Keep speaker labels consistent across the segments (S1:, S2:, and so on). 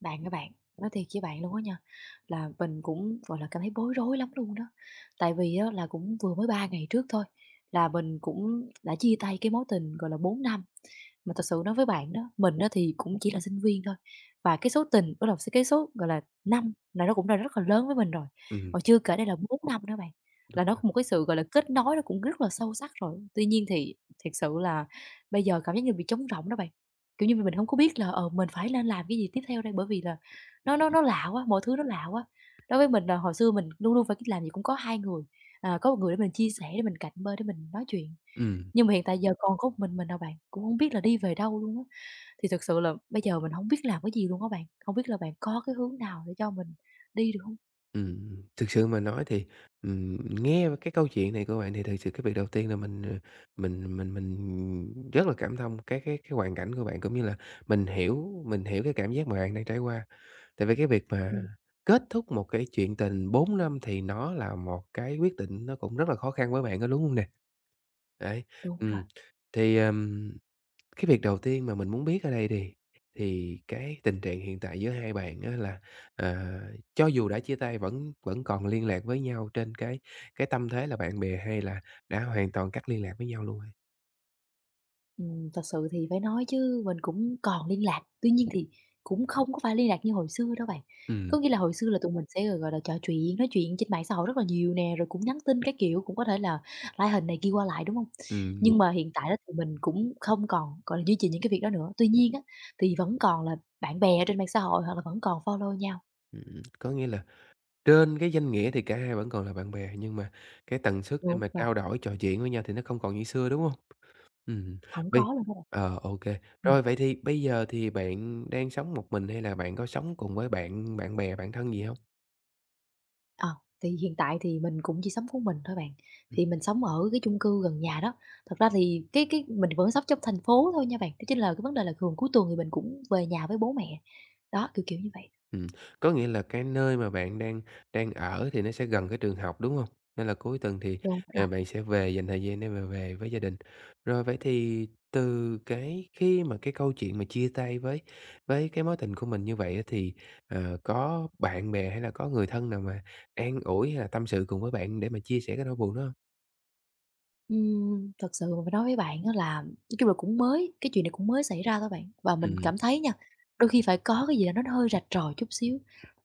S1: Các bạn, nói thiệt với bạn luôn á nha, là mình cũng, gọi là, cảm thấy bối rối lắm luôn đó. Tại vì á là cũng vừa mới 3 ngày trước thôi là mình cũng đã chia tay cái mối tình, gọi là, 4 năm. Mà thật sự nói với bạn đó, mình đó thì cũng chỉ là sinh viên thôi, và cái số tình đó là cái số, gọi là, năm là nó cũng đã rất là lớn với mình rồi,
S2: Ừm,
S1: mà chưa kể đây là 4 năm nữa bạn,
S2: đúng
S1: là nó có
S2: rồi.
S1: một cái sự, gọi là, kết nối nó cũng rất là sâu sắc rồi. Tuy nhiên thì thật sự là bây giờ cảm giác như bị trống rỗng đó bạn. Kiểu như, mình hông có biết là, mình phải nên làm cái gì tiếp theo đây, bởi vì là nó lạ quá, mọi thứ nó lạ quá. Đối với mình là hồi xưa mình luôn luôn phải làm gì cũng có 2 người, à, có một người để mình chia sẻ, để mình cạnh bên, để mình nói chuyện.
S2: Ừm,
S1: Nhưng mà hiện tại giờ còn có một mình à bạn, cũng hông biết là đi về đâu luôn á. Thì thực sự là bây giờ mình hổng biết làm cái gì luôn á bạn, hông biết là bạn có cái hướng nào để cho mình đi được hông?
S2: Thực sự mà nói thì, ừm, nghe cái câu chuyện này của bạn thì thực sự cái việc đầu tiên là mình, mình rất là cảm thông cái hoàn cảnh của bạn, cũng như là mình hiểu cái cảm giác mà bạn đang trải qua. Tại vì cái việc mà
S1: Ừm,
S2: kết thúc một cái chuyện tình 4 năm thì nó là một cái quyết định nó cũng rất là khó khăn với bạn đó, đúng hông nè? Đấy.
S1: đúng rồi.
S2: ừm, thì, cái việc đầu tiên mà mình muốn biết ở đây thì cái tình trạng hiện tại giữa hai bạn á là, ờ, cho dù đã chia tay vẫn vẫn còn liên lạc với nhau trên cái tâm thế là bạn bè hay là đã hoàn toàn cắt liên lạc với nhau luôn rồi?
S1: Thật sự thì phải nói chứ mình cũng còn liên lạc, tuy nhiên thì cũng không có phải liên lạc như hồi xưa đâu bạn.
S2: Ừm,
S1: Có nghĩa là hồi xưa là tụi mình sẽ, gọi là, trò chuyện, nói chuyện trên mạng xã hội rất là nhiều nè, rồi cũng nhắn tin các kiểu, cũng có thể là like hình này kia qua lại, đúng không?
S2: mình.
S1: Nhưng mà hiện tại đó thì mình cũng không còn, gọi là, duy trì những cái việc đó nữa. Tuy nhiên á, thì vẫn còn là bạn bè ở trên mạng xã hội hoặc là vẫn còn follow nhau.
S2: Có nghĩa là trên cái danh nghĩa thì cả hai vẫn còn là bạn bè, nhưng mà cái tần suất để
S1: Đúng
S2: mà
S1: rồi,
S2: trao đổi, trò chuyện với nhau thì nó không còn như xưa, đúng không? Ừm,
S1: không
S2: vậy,
S1: có luôn đó bạn.
S2: ờ, ô rồi vậy thì bây giờ thì bạn đang sống một mình hay là bạn có sống cùng với bạn bạn bè, bạn thân gì không?
S1: Ờ, thì hiện tại thì mình cũng chỉ sống của mình thôi bạn, thì mình sống ở cái chung cư gần nhà đó. Thật ra thì cái mình vẫn sống trong thành phố thôi nha bạn, đó chính là cái vấn đề là thường cuối tuần thì mình cũng về nhà với bố mẹ. Đó, kiểu, kiểu như vậy.
S2: Ừm, có nghĩa là cái nơi mà bạn đang đang ở thì nó sẽ gần cái trường học, đúng không? Nên là cuối tuần thì,
S1: Đúng.
S2: bạn sẽ về dành thời gian để mà về với gia đình. Rồi vậy thì từ cái khi mà cái câu chuyện mà chia tay với cái mối tình của mình như vậy á thì, có bạn bè hay là có người thân nào mà an ủi hay là tâm sự cùng với bạn để mà chia sẻ cái nỗi buồn đó không?
S1: Thật sự mà phải nói với bạn á là nói chung là cũng mới, cái chuyện này cũng mới xảy ra thôi bạn. Và mình
S2: Ừm,
S1: cảm thấy nha, đôi khi phải có cái gì đó nó hơi rạch ròi chút xíu.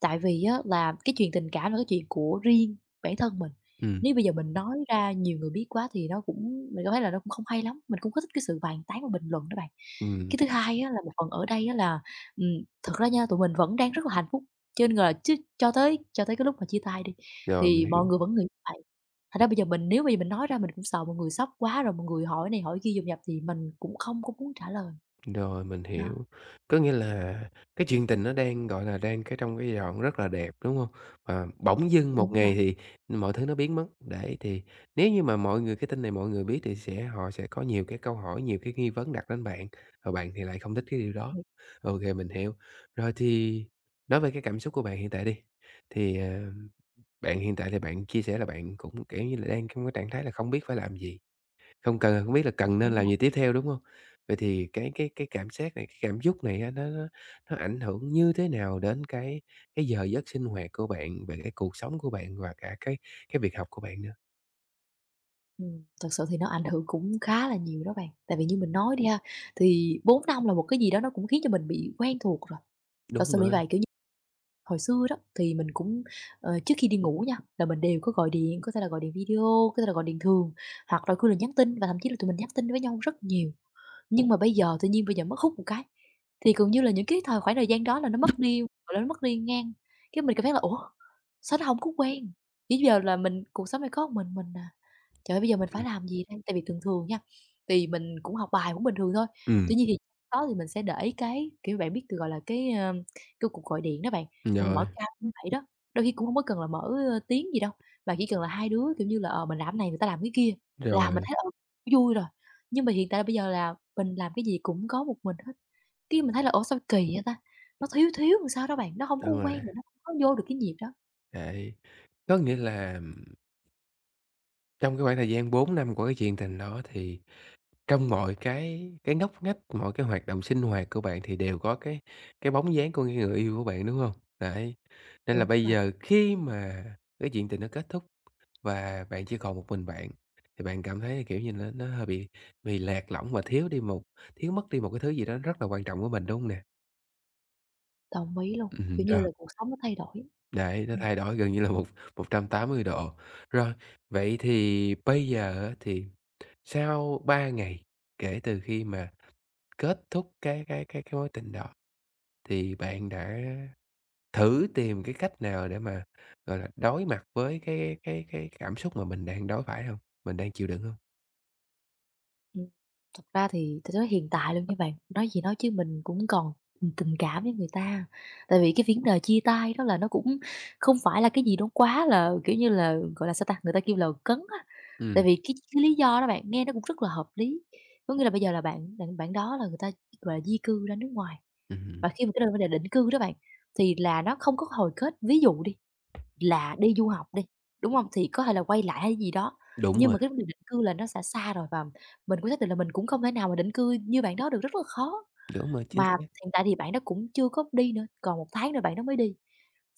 S1: Tại vì á là cái chuyện tình cảm là cái chuyện của riêng bản thân mình.
S2: ừm,
S1: Nếu bây giờ mình nói ra nhiều người biết quá thì nó cũng mình cảm thấy là nó cũng không hay lắm, mình cũng có thích cái sự bàn tán và bình luận đó bạn.
S2: ừm,
S1: Cái thứ hai á là một phần ở đây á là, ừm, thật ra nha, tụi mình vẫn đang rất là hạnh phúc, cho nên là chứ cho tới cái lúc mà chia tay đi,
S2: rồi, mình
S1: thì mọi
S2: hiểu.
S1: người vẫn nghĩ như vậy. Thật ra bây giờ mình nếu bây giờ mình nói ra mình cũng sợ mọi người sốc quá, rồi mọi người hỏi này hỏi kia dồn dập thì mình cũng không có muốn trả lời.
S2: Rồi, mình
S1: Đó.
S2: hiểu. Có nghĩa là cái chuyện tình nó đang, gọi là, đang cái trong cái giai đoạn rất là đẹp, đúng không? Và bỗng dưng một
S1: Đúng rồi.
S2: ngày thì mọi thứ nó biến mất. Đấy, thì nếu như mà mọi người cái tin này mọi người biết thì họ sẽ có nhiều cái câu hỏi, nhiều cái nghi vấn đặt đến bạn, và bạn thì lại không thích cái điều đó.
S1: Ừm,
S2: OK, mình hiểu. Rồi thì nói về cái cảm xúc của bạn hiện tại đi, thì, bạn hiện tại thì bạn chia sẻ là bạn cũng, kiểu như là, đang trong cái trạng thái là không biết phải làm gì. Không cần là không biết là cần nên
S1: đúng
S2: làm
S1: rồi.
S2: gì tiếp theo, đúng không? Vậy thì cái cảm giác này, cái cảm xúc này á, nó ảnh hưởng như thế nào đến cái giờ giấc sinh hoạt của bạn, về cái cuộc sống của bạn và cả cái việc học của bạn nữa?
S1: Ừm, thật sự thì nó ảnh hưởng cũng khá là nhiều đó bạn. Tại vì như mình nói đi ha, thì 4 năm là một cái gì đó nó cũng khiến cho mình bị quen thuộc rồi. Thật
S2: Đúng
S1: sự là như
S2: rồi.
S1: vậy, kiểu như, hồi xưa đó thì mình cũng, trước khi đi ngủ nha, là mình đều có gọi điện, có thể là gọi điện video, có thể là gọi điện thường, hoặc là cứ là nhắn tin và thậm chí là tụi mình nhắn tin với nhau rất nhiều. Nhưng mà bây giờ tự nhiên bây giờ mất hút một cái, thì gần như là những cái thời khoảng thời gian đó là nó mất đi, gọi là, nó mất đi ngang, cái mình cảm thấy là "Ủa, sao nó hổng có quen?" Chỉ giờ là mình cuộc sống này có một mình à, trời ơi, bây giờ mình phải
S2: Ừm,
S1: làm gì đây? Tại vì thường thường nha, thì mình cũng học bài cũng bình thường thôi, tuy nhiên thì đó thì mình sẽ để cái, kiểu, bạn biết, từ gọi là, cái, cái cuộc gọi điện đó bạn, mình mở
S2: rồi,
S1: cam như vậy đó, đôi khi cũng không có cần là mở, tiếng gì đâu, mà chỉ cần là hai đứa, kiểu như là, mình làm cái này, người ta làm cái kia, là mình
S2: rồi,
S1: thấy, ừ, vui rồi. Nhưng mà hiện tại là bây giờ là mình làm cái gì cũng có một mình hết, cái mình thấy là "Ủa, sao kỳ vậy ta?" Nó thiếu thiếu làm sao đó bạn, nó không có
S2: đúng rồi,
S1: quen rồi nó không có vô được cái nhịp đó.
S2: đấy. Có nghĩa là trong cái khoảng thời gian 4 năm của cái chuyện tình đó thì trong mọi cái ngóc ngách, mọi cái hoạt động sinh hoạt của bạn thì đều có cái bóng dáng của cái người yêu của bạn, đúng hông? Đấy, nên là
S1: Đúng
S2: bây
S1: rồi,
S2: giờ khi mà cái chuyện tình nó kết thúc và bạn chỉ còn một mình bạn, thì bạn cảm thấy, kiểu như, nó hơi bị lạc lõng và thiếu mất đi một cái thứ gì đó rất là quan trọng của mình, đúng hông nè?
S1: đồng ý luôn,
S2: Ừm.
S1: kiểu như
S2: Rồi,
S1: là, cuộc sống nó thay đổi.
S2: đấy, nó
S1: Ừm.
S2: thay đổi gần như là một 180 độ. Rồi, vậy thì bây giờ á thì sau 3 ngày kể từ khi mà kết thúc cái mối tình đó, thì bạn đã thử tìm cái cách nào để mà, gọi là, đối mặt với cái cảm xúc mà mình đang đối phải không? Mình đang chịu đựng không?
S1: Thật ra thì tôi nói hiện tại luôn nha bạn, nói gì nói chứ mình cũng còn, tình cảm với người ta. Tại vì cái vấn đề chia tay đó là nó cũng không phải là cái gì nó quá là, kiểu như là, gọi là, sao ta, người ta kêu là cấn á. Tại
S2: Ừm,
S1: vì cái lý do đó bạn nghe nó cũng rất là hợp lý, có nghĩa là bây giờ là bạn bạn bạn đó là người ta, gọi là, di cư ra nước ngoài,
S2: ừm,
S1: và khi mà cái đơn vấn đề định cư đó bạn, thì là nó không có hồi kết. Ví dụ đi, là đi du học đi, đúng không? Thì có thể là quay lại hay gì đó,
S2: đúng
S1: nhưng
S2: rồi,
S1: mà cái việc định cư là nó sẽ xa rồi và mình cũng xác định là mình cũng không thể nào mà định cư như bạn đó được, rất là khó.
S2: đúng rồi, chính
S1: Mà
S2: xác.
S1: hiện tại thì bạn đó cũng chưa có đi nữa, còn một tháng nữa bạn đó mới đi.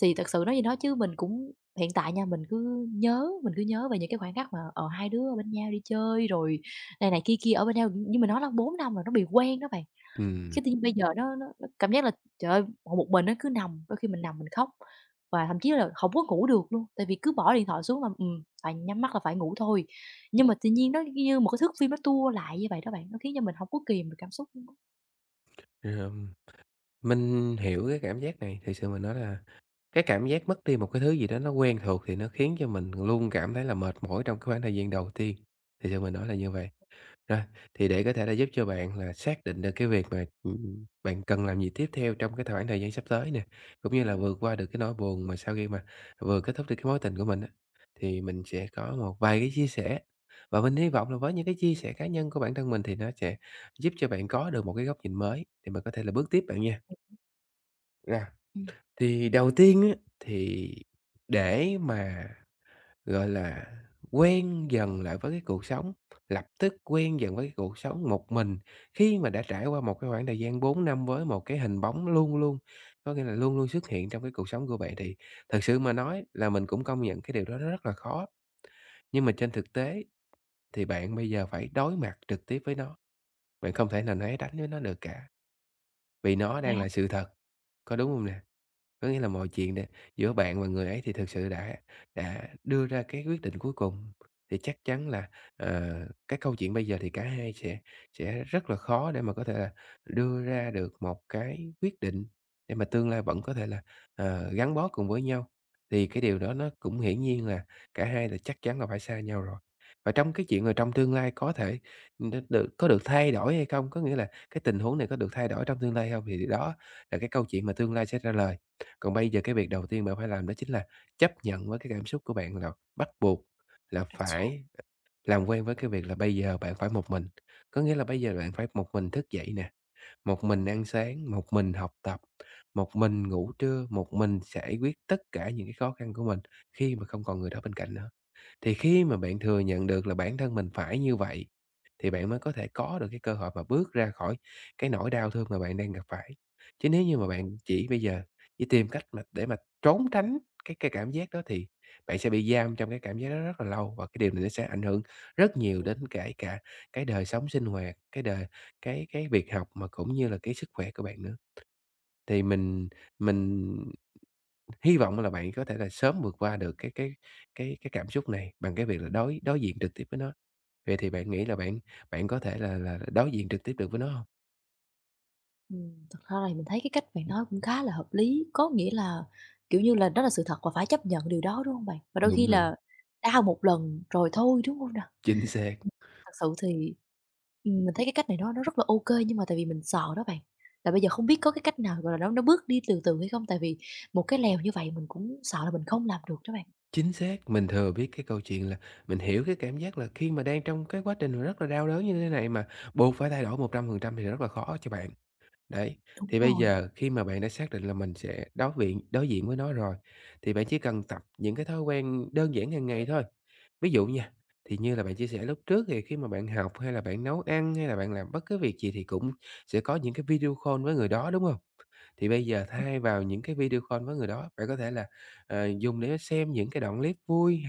S1: Thì thật sự nói gì đó chứ mình cũng hiện tại nha, mình cứ nhớ về những cái khoảnh khắc mà, ở hai đứa ở bên nhau đi chơi rồi này này kia kia ở bên nhau, nhưng mà nó là 4 năm rồi, nó bị quen đó bạn.
S2: Ừm,
S1: Cái tự nhiên bây giờ nó cảm giác là, trời ơi, ngồi một mình nó cứ nằm, đôi khi mình nằm mình khóc và thậm chí là hổng có ngủ được luôn, tại vì cứ bỏ điện thoại xuống là, phải nhắm mắt là phải ngủ thôi. Nhưng mà tự nhiên nó như một cái thước phim nó tua lại như vậy đó bạn, nó khiến cho mình hổng có kìm được cảm xúc luôn á.
S2: ờm, mình hiểu cái cảm giác này, thực sự mà nói là cái cảm giác mất đi một cái thứ gì đó nó quen thuộc thì nó khiến cho mình luôn cảm thấy là mệt mỏi trong cái khoảng thời gian đầu tiên, thực sự mình nói là như vậy. Rồi, thì để có thể là giúp cho bạn là xác định được cái việc mà, bạn cần làm gì tiếp theo trong cái khoảng thời gian sắp tới nè, cũng như là vượt qua được cái nỗi buồn mà sau khi mà vừa kết thúc được cái mối tình của mình á, thì mình sẽ có một vài cái chia sẻ. Và mình hy vọng là với những cái chia sẻ cá nhân của bản thân mình thì nó sẽ giúp cho bạn có được một cái góc nhìn mới để mà có thể là bước tiếp bạn nha. Rồi,
S1: Ừm,
S2: thì đầu tiên á, thì để mà gọi là, quen dần lại với cái cuộc sống, lập tức quen dần với cái cuộc sống một mình khi mà đã trải qua một cái khoảng thời gian 4 năm với một cái hình bóng luôn luôn, có nghĩa là luôn luôn xuất hiện trong cái cuộc sống của bạn thì thực sự mà nói là mình cũng công nhận cái điều đó nó rất là khó. Nhưng mà trên thực tế thì bạn bây giờ phải đối mặt trực tiếp với nó, bạn không thể nào né tránh với nó được cả, vì nó
S1: vậy
S2: đang
S1: hả?
S2: là sự thật, có đúng không nè? Có nghĩa là mọi chuyện nè, giữa bạn và người ấy thì thực sự đã đưa ra cái quyết định cuối cùng, thì chắc chắn là, ờ, cái câu chuyện bây giờ thì cả hai sẽ rất là khó để mà có thể là đưa ra được một cái quyết định để mà tương lai vẫn có thể là, gắn bó cùng với nhau. Thì cái điều đó nó cũng hiển nhiên là cả hai là chắc chắn là phải xa nhau rồi. Và trong cái chuyện là trong tương lai có thể đ được có được thay đổi hay không, có nghĩa là cái tình huống này có được thay đổi trong tương lai không thì đó là cái câu chuyện mà tương lai sẽ trả lời. Còn bây giờ cái việc đầu tiên bạn phải làm đó chính là chấp nhận với cái cảm xúc của bạn là bắt buộc là
S1: Ái chà.
S2: phải làm quen với cái việc là bây giờ bạn phải một mình. Có nghĩa là bây giờ bạn phải một mình thức dậy nè, một mình ăn sáng, một mình học tập, một mình ngủ trưa, một mình giải quyết tất cả những cái khó khăn của mình khi mà không còn người đó bên cạnh nữa. Thì khi mà bạn thừa nhận được là bản thân mình phải như vậy, thì bạn mới có thể có được cái cơ hội mà bước ra khỏi cái nỗi đau thương mà bạn đang gặp phải. Chứ nếu như mà bạn chỉ bây giờ chỉ tìm cách mà để mà trốn tránh cái cảm giác đó thì bạn sẽ bị giam trong cái cảm giác đó rất là lâu và cái điều này nó sẽ ảnh hưởng rất nhiều đến kể cả cái đời sống sinh hoạt, cái đời cái việc học mà cũng như là cái sức khỏe của bạn nữa. Thì mình hy vọng là bạn có thể là sớm vượt qua được cái cảm xúc này bằng cái việc là đối đối diện trực tiếp với nó. Vậy thì bạn nghĩ là bạn bạn có thể là đối diện trực tiếp được với nó hông?
S1: Thật ra thì mình thấy cái cách bạn nói cũng khá là hợp lý, có nghĩa là, kiểu như là, đó là sự thật và phải chấp nhận điều đó, đúng hông bạn? Và đôi khi
S2: Đúng rồi,
S1: là đau một lần rồi thôi, đúng hông nè?
S2: chính xác,
S1: Thật sự thì, mình thấy cái cách này nó rất là ok nhưng mà tại vì mình sợ đó bạn, là bây giờ không biết có cái cách nào, gọi là, nó bước đi từ từ hay không? Tại vì một cái lèo như vậy mình cũng sợ là mình không làm được đó bạn.
S2: chính xác. Mình thừa biết cái câu chuyện là mình hiểu cái cảm giác là khi mà đang trong cái quá trình mà rất là đau đớn như thế này mà buộc phải thay đổi 100% thì rất là khó cho bạn. Đấy,
S1: Đúng
S2: thì bây
S1: rồi.
S2: giờ khi mà bạn đã xác định là mình sẽ đối diện với nó rồi, thì bạn chỉ cần tập những cái thói quen đơn giản hàng ngày thôi. Ví dụ nha, thì như là bạn chia sẻ lúc trước thì khi mà bạn học hay là bạn nấu ăn hay là bạn làm bất cứ việc gì thì cũng sẽ có những cái video call với người đó, đúng không? Thì bây giờ thay vào những cái video call với người đó, bạn có thể là, dùng để xem những cái đoạn clip vui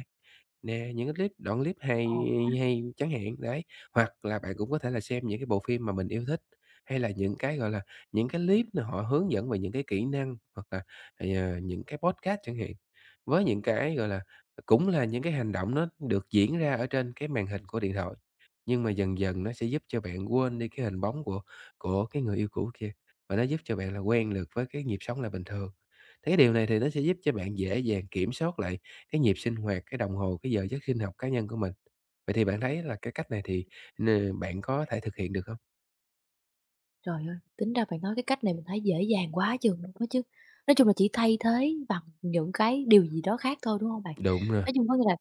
S2: nè, những cái clip
S1: Ờ,
S2: hay hay chẳng hạn, đấy. Hoặc là bạn cũng có thể là xem những cái bộ phim mà mình yêu thích, hay là những cái, gọi là, những cái clip mà họ hướng dẫn về những cái kỹ năng, hoặc là, những cái podcast chẳng hạn. Với những cái, gọi là, cũng là những cái hành động nó được diễn ra ở trên cái màn hình của điện thoại, nhưng mà dần dần nó sẽ giúp cho bạn quên đi cái hình bóng của cái người yêu cũ kia, và nó giúp cho bạn là quen được với cái nhịp sống là bình thường. Thế cái điều này thì nó sẽ giúp cho bạn dễ dàng kiểm soát lại cái nhịp sinh hoạt, cái đồng hồ, cái giờ giấc sinh học cá nhân của mình. Vậy thì bạn thấy là cái cách này thì n bạn có thể thực hiện được không?
S1: trời ơi, tính ra bạn nói cái cách này mình thấy dễ dàng quá chừng luôn á chứ. Nói chung là chỉ thay thế bằng những cái điều gì đó khác thôi, đúng không bạn?
S2: Đúng rồi,
S1: Nói chung có nghĩa là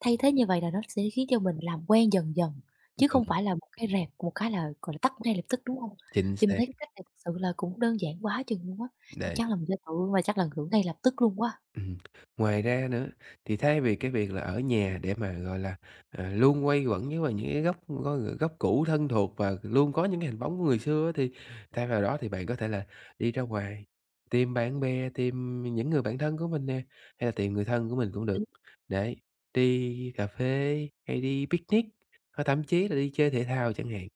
S1: thay thế như vậy là nó sẽ khiến cho mình làm quen dần dần, chứ
S2: đúng,
S1: không phải là một cái rẹt, một cái là, gọi là, tắt ngay lập tức, đúng không?
S2: chính
S1: Thì mình
S2: xác,
S1: thấy cái cách này thật sự là cũng đơn giản quá chừng luôn á, chắc
S2: đấy.
S1: chắn là mình sẽ thử và chắc là thử ngay lập tức luôn quá.
S2: Ừm, Ngoài ra nữa thì thay vì cái việc là ở nhà để mà, gọi là, luôn quay quẩn với vào những cái góc cũ thân thuộc và luôn có những cái hình bóng của người xưa á, thì thay vào đó thì bạn có thể là đi ra ngoài, tìm bạn bè, tìm những người bạn thân của mình nè, hay là tìm người thân của mình cũng được. Đấy, đi cà phê hay đi picnic, hoặc thậm chí là đi chơi thể thao chẳng hạn.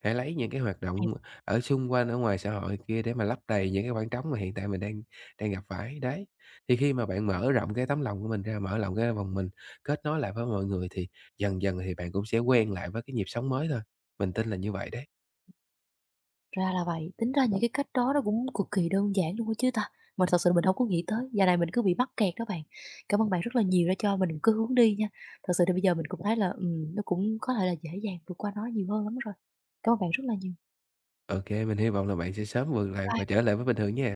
S2: Hãy lấy những cái hoạt động ở xung quanh, ở ngoài xã hội kia để mà lấp đầy những cái khoảng trống mà hiện tại mình đang đang gặp phải, đấy. Thì khi mà bạn mở rộng cái tấm lòng của mình ra, mở rộng cái vòng mình, kết nối lại với mọi người thì dần dần thì bạn cũng sẽ quen lại với cái nhịp sống mới thôi. Mình tin là như vậy đấy.
S1: Tính ra là vậy, tính ra những cái cách đó nó cũng cực kỳ đơn giản luôn á chứ ta, mà thật sự mình không có nghĩ tới, giờ này mình cứ bị mắc kẹt đó bạn. Cảm ơn bạn rất là nhiều đã cho mình một cái hướng đi nha, thật sự thì bây giờ mình cũng thấy là, nó cũng có thể là dễ dàng vượt qua nó nhiều hơn lắm rồi. Cảm ơn bạn rất là nhiều.
S2: OK, mình hy vọng là bạn sẽ sớm vượt lại và trở lại với bình thường nha.